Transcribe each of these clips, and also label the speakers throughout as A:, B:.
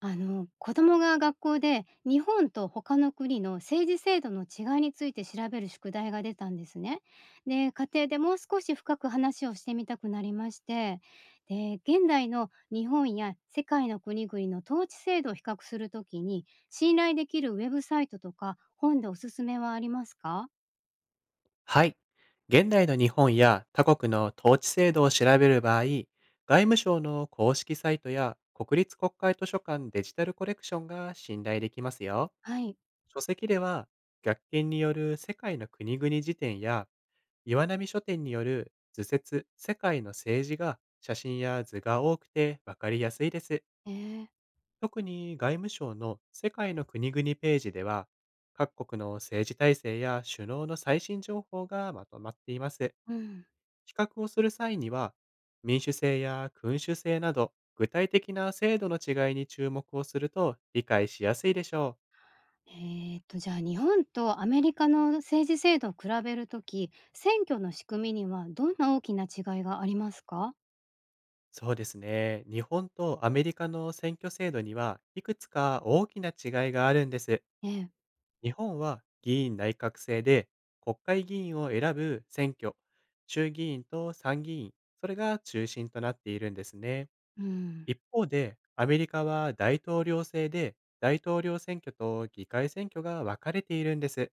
A: あの子供が学校で日本と他の国の政治制度の違いについて調べる宿題が出たんですね。で、家庭でもう少し深く話をしてみたくなりまして、で、現代の日本や世界の国々の統治制度を比較するときに信頼できるウェブサイトとか本でおすすめはありますか？
B: はい。現代の日本や他国の統治制度を調べる場合、外務省の公式サイトや国立国会図書館デジタルコレクションが信頼できますよ。
A: はい。
B: 書籍では、逆転による世界の国々辞典や、岩波書店による図説世界の政治が写真や図が多くて分かりやすいです。
A: えー、
B: 特に外務省の世界の国々ページでは、各国の政治体制や首脳の最新情報がまとまっています。
A: うん。
B: 比較をする際には、民主制や君主制など、具体的な制度の違いに注目をすると理解しやすいでしょう。
A: えじゃあ、日本とアメリカの政治制度を比べるとき、選挙の仕組みにはどんな大きな違いがありますか？
B: そうですね。日本とアメリカの選挙制度には、いくつか大きな違いがあるんです。
A: ええ、
B: 日本は議院内閣制で国会議員を選ぶ選挙、衆議院と参議院、それが中心となっているんですね。
A: うん、
B: 一方で、アメリカは大統領制で大統領選挙と議会選挙が分かれているんです。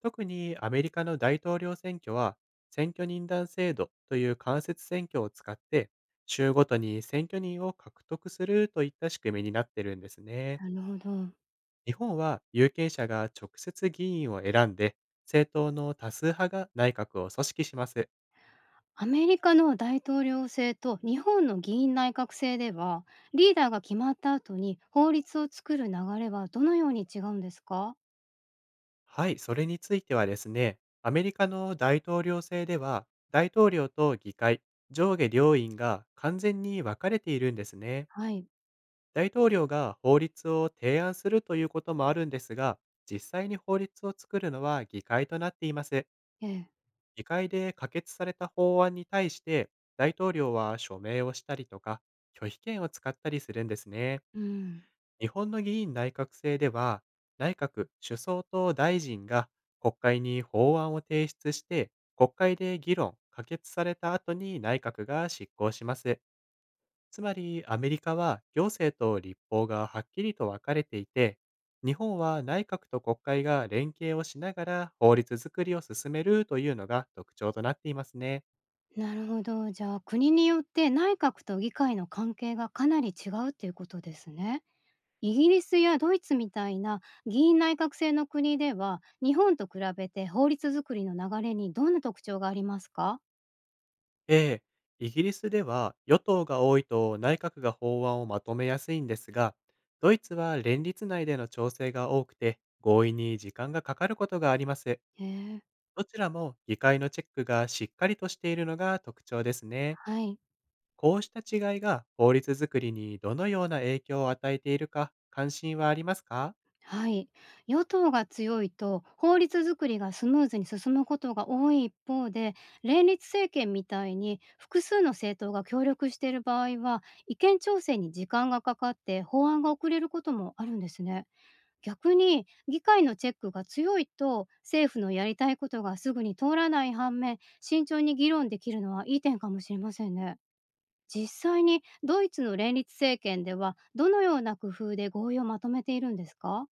B: 特にアメリカの大統領選挙は選挙人団制度という間接選挙を使って、州ごとに選挙人を獲得するといった仕組みになってるんですね。
A: なるほど。
B: 日本は有権者が直接議員を選んで、政党の多数派が内閣を組織します。
A: アメリカの大統領制と日本の議院内閣制では、リーダーが決まった後に法律を作る流れはどのように違うんですか？
B: はい、それについてはですね、アメリカの大統領制では、大統領と議会、上下両院が完全に分かれているんですね。
A: はい、
B: 大統領が法律を提案するということもあるんですが、実際に法律を作るのは議会となっています。
A: ええ、
B: 議会で可決された法案に対して、大統領は署名をしたりとか、拒否権を使ったりするんですね。
A: うん、
B: 日本の議員内閣制では、内閣、首相と大臣が国会に法案を提出して、国会で議論、可決された後に内閣が執行します。つまりアメリカは行政と立法がはっきりと分かれていて、日本は内閣と国会が連携をしながら法律作りを進めるというのが特徴となっていますね。
A: なるほど。じゃあ、国によって内閣と議会の関係がかなり違うっていうことですね。イギリスやドイツみたいな議員内閣制の国では日本と比べて法律作りの流れにどんな特徴がありますか？
B: ええ、イギリスでは与党が多いと内閣が法案をまとめやすいんですが、ドイツは連立内での調整が多くて、合意に時間がかかることがあります。
A: へえ。
B: どちらも議会のチェックがしっかりとしているのが特徴ですね。
A: はい、
B: こうした違いが法律作りにどのような影響を与えているか、関心はありますか？
A: はい。与党が強いと法律作りがスムーズに進むことが多い一方で、連立政権みたいに複数の政党が協力している場合は意見調整に時間がかかって法案が遅れることもあるんですね。逆に議会のチェックが強いと政府のやりたいことがすぐに通らない反面、慎重に議論できるのはいい点かもしれませんね。実際にドイツの連立政権ではどのような工夫で合意をまとめているんですか？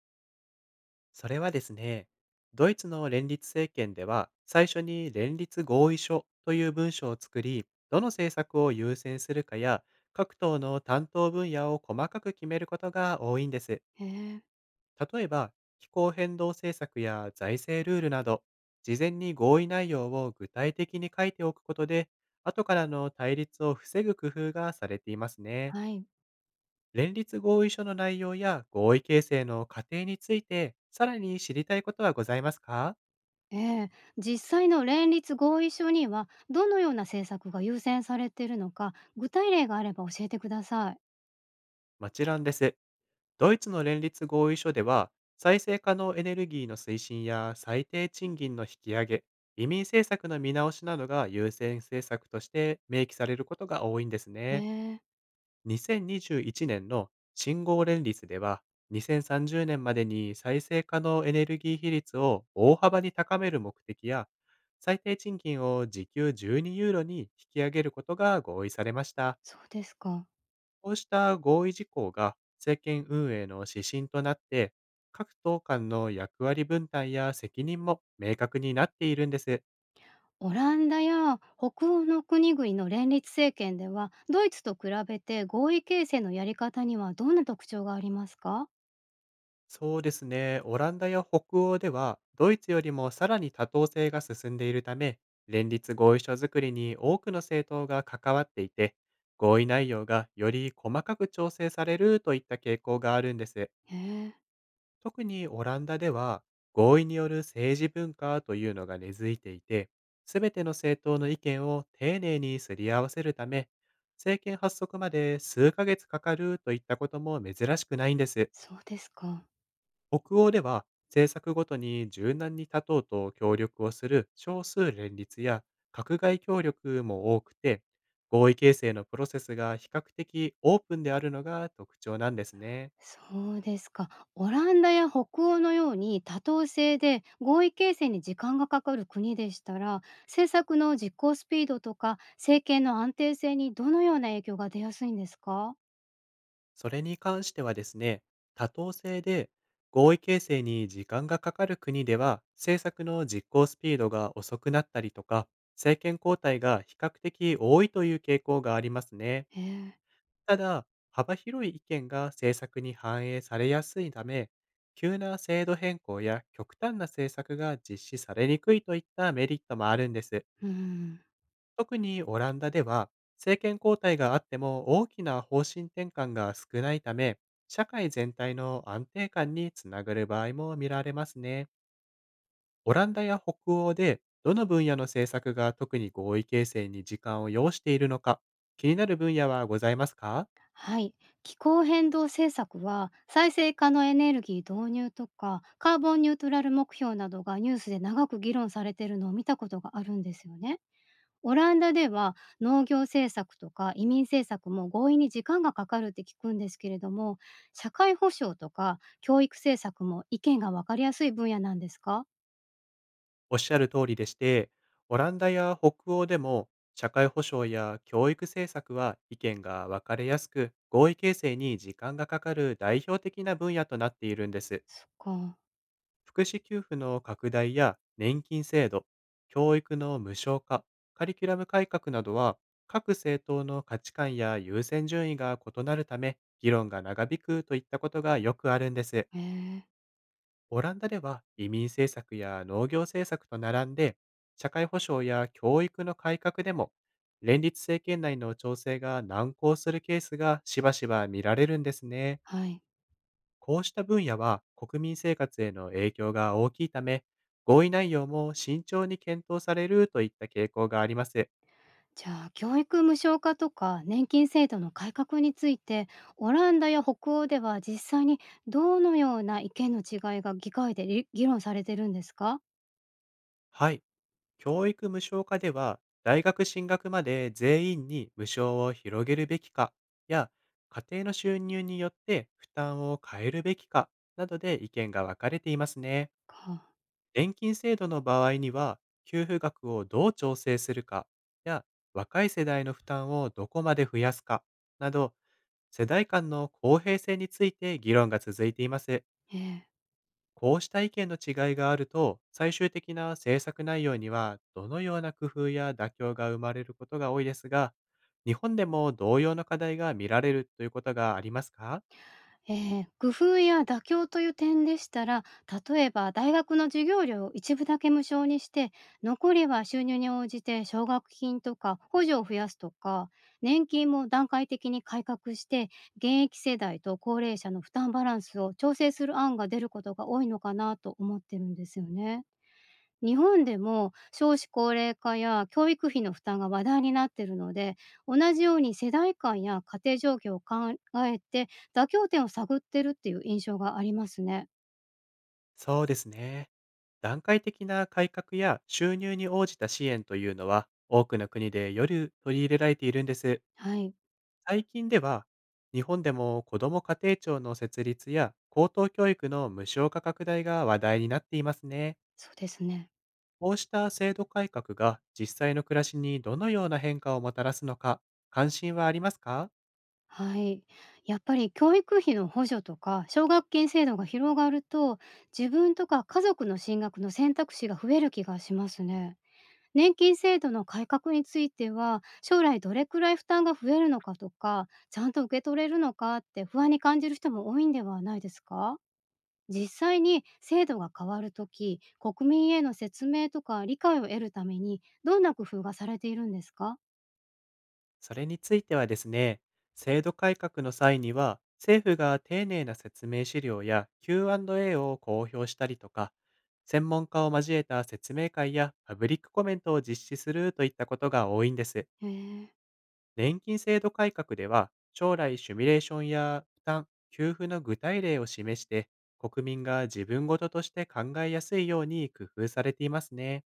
B: それはですね、ドイツの連立政権では最初に連立合意書という文書を作り、どの政策を優先するかや、各党の担当分野を細かく決めることが多いんです。
A: へえ。
B: 例えば、気候変動政策や財政ルールなど、事前に合意内容を具体的に書いておくことで、後からの対立を防ぐ工夫がされていますね。
A: はい。
B: 連立合意書の内容や合意形成の過程について、さらに知りたいことはございますか？
A: ええ。実際の連立合意書にはどのような政策が優先されているのか具体例があれば教えてください。
B: もちろんです。ドイツの連立合意書では、再生可能エネルギーの推進や最低賃金の引き上げ、移民政策の見直しなどが優先政策として明記されることが多いんです
A: へ
B: ね。
A: え。
B: 2021年の信号連立では、2030年までに再生可能エネルギー比率を大幅に高める目的や、最低賃金を時給12ユーロに引き上げることが合意されました。
A: そうですか。
B: こうした合意事項が政権運営の指針となって、各党間の役割分担や責任も明確になっているんです。
A: オランダや北欧の国々の連立政権ではドイツと比べて合意形成のやり方にはどんな特徴がありますか？
B: そうですね。オランダや北欧では、ドイツよりもさらに多党制が進んでいるため、連立合意書作りに多くの政党が関わっていて、合意内容がより細かく調整されるといった傾向があるんです。
A: へえ。
B: 特にオランダでは、合意による政治文化というのが根付いていて、すべての政党の意見を丁寧にすり合わせるため、政権発足まで数ヶ月かかるといったことも珍しくないんです。
A: そうですか。
B: 北欧では政策ごとに柔軟に立とうと協力をする少数連立や閣外協力も多くて、合意形成のプロセスが比較的オープンであるのが特徴なんですね。
A: そうですか。オランダや北欧のように多党制で合意形成に時間がかかる国でしたら政策の実行スピードとか政権の安定性にどのような影響が出やすいんですか？
B: それに関してはですね、多党制で合意形成に時間がかかる国では、政策の実行スピードが遅くなったりとか、政権交代が比較的多いという傾向がありますね。
A: へえ。
B: ただ、幅広い意見が政策に反映されやすいため、急な制度変更や極端な政策が実施されにくいといったメリットもあるんです。
A: うん。
B: 特にオランダでは、政権交代があっても大きな方針転換が少ないため、社会全体の安定感につながる場合も見られますね。オランダや北欧で、どの分野の政策が特に合意形成に時間を要しているのか、気になる分野はございますか？
A: はい、気候変動政策は再生可能エネルギー導入とかカーボンニュートラル目標などがニュースで長く議論されているのを見たことがあるんですよね。オランダでは農業政策とか移民政策も合意に時間がかかるって聞くんですけれども、社会保障とか教育政策も意見が分かりやすい分野なんですか？
B: おっしゃる通りでして、オランダや北欧でも社会保障や教育政策は意見が分かれやすく、合意形成に時間がかかる代表的な分野となっているんです。
A: そっか。
B: 福祉給付の拡大や年金制度、教育の無償化、カリキュラム改革などは、各政党の価値観や優先順位が異なるため、議論が長引くといったことがよくあるんです。
A: えー、
B: オランダでは移民政策や農業政策と並んで、社会保障や教育の改革でも、連立政権内の調整が難航するケースがしばしば見られるんですね。
A: はい。
B: こうした分野は国民生活への影響が大きいため、合意内容も慎重に検討されるといった傾向があります。
A: じゃあ教育無償化とか年金制度の改革についてオランダや北欧では実際にどのような意見の違いが議会で議論されてるんですか？
B: はい。教育無償化では、大学進学まで全員に無償を広げるべきかや、家庭の収入によって負担を変えるべきかなどで意見が分かれていますね。
A: か、
B: 年金制度の場合には、給付額をどう調整するかや、若い世代の負担をどこまで増やすかなど、世代間の公平性について議論が続いています。
A: ええ
B: こうした意見の違いがあると、最終的な政策内容にはどのような工夫や妥協が生まれることが多いですが、日本でも同様の課題が見られるということがありますか？
A: え工夫や妥協という点でしたら、例えば大学の授業料を一部だけ無償にして、残りは収入に応じて奨学金とか補助を増やすとか、年金も段階的に改革して、現役世代と高齢者の負担バランスを調整する案が出ることが多いのかなと思ってるんですよね。日本でも少子高齢化や教育費の負担が話題になっているので、同じように世代間や家庭状況を考えて妥協点を探ってるっていう印象がありますね。
B: そうですね。段階的な改革や収入に応じた支援というのは、多くの国でより取り入れられているんです。
A: はい、
B: 最近では、日本でも子ども家庭庁の設立や高等教育の無償化拡大が話題になっていますね。
A: そうですね。
B: こうした制度改革が実際の暮らしにどのような変化をもたらすのか、関心はありますか？
A: はい、やっぱり教育費の補助とか奨学金制度が広がると自分とか家族の進学の選択肢が増える気がしますね。年金制度の改革については、将来どれくらい負担が増えるのかとか、ちゃんと受け取れるのかって不安に感じる人も多いんではないですか？実際に制度が変わるとき、国民への説明とか理解を得るために、どんな工夫がされているんですか？
B: それについてはですね、制度改革の際には、政府が丁寧な説明資料や Q&A を公表したりとか、専門家を交えた説明会やパブリックコメントを実施するといったことが多いんです。
A: へえ、
B: 年金制度改革では、将来シミュレーションや負担、給付の具体例を示して、国民が自分ごととして考えやすいように工夫されていますね。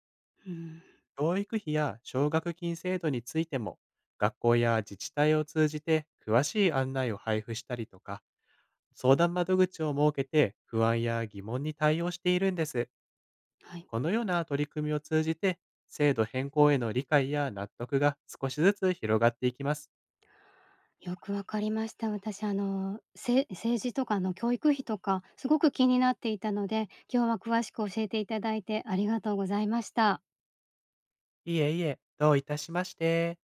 A: うん、
B: 教育費や奨学金制度についても、学校や自治体を通じて詳しい案内を配布したりとか、相談窓口を設けて不安や疑問に対応しているんです。
A: はい。
B: このような取り組みを通じて、制度変更への理解や納得が少しずつ広がっていきます。
A: よくわかりました。私、政治とかの教育費とか、すごく気になっていたので、今日は詳しく教えていただいてありがとうございました。
B: いえいえ、どういたしまして。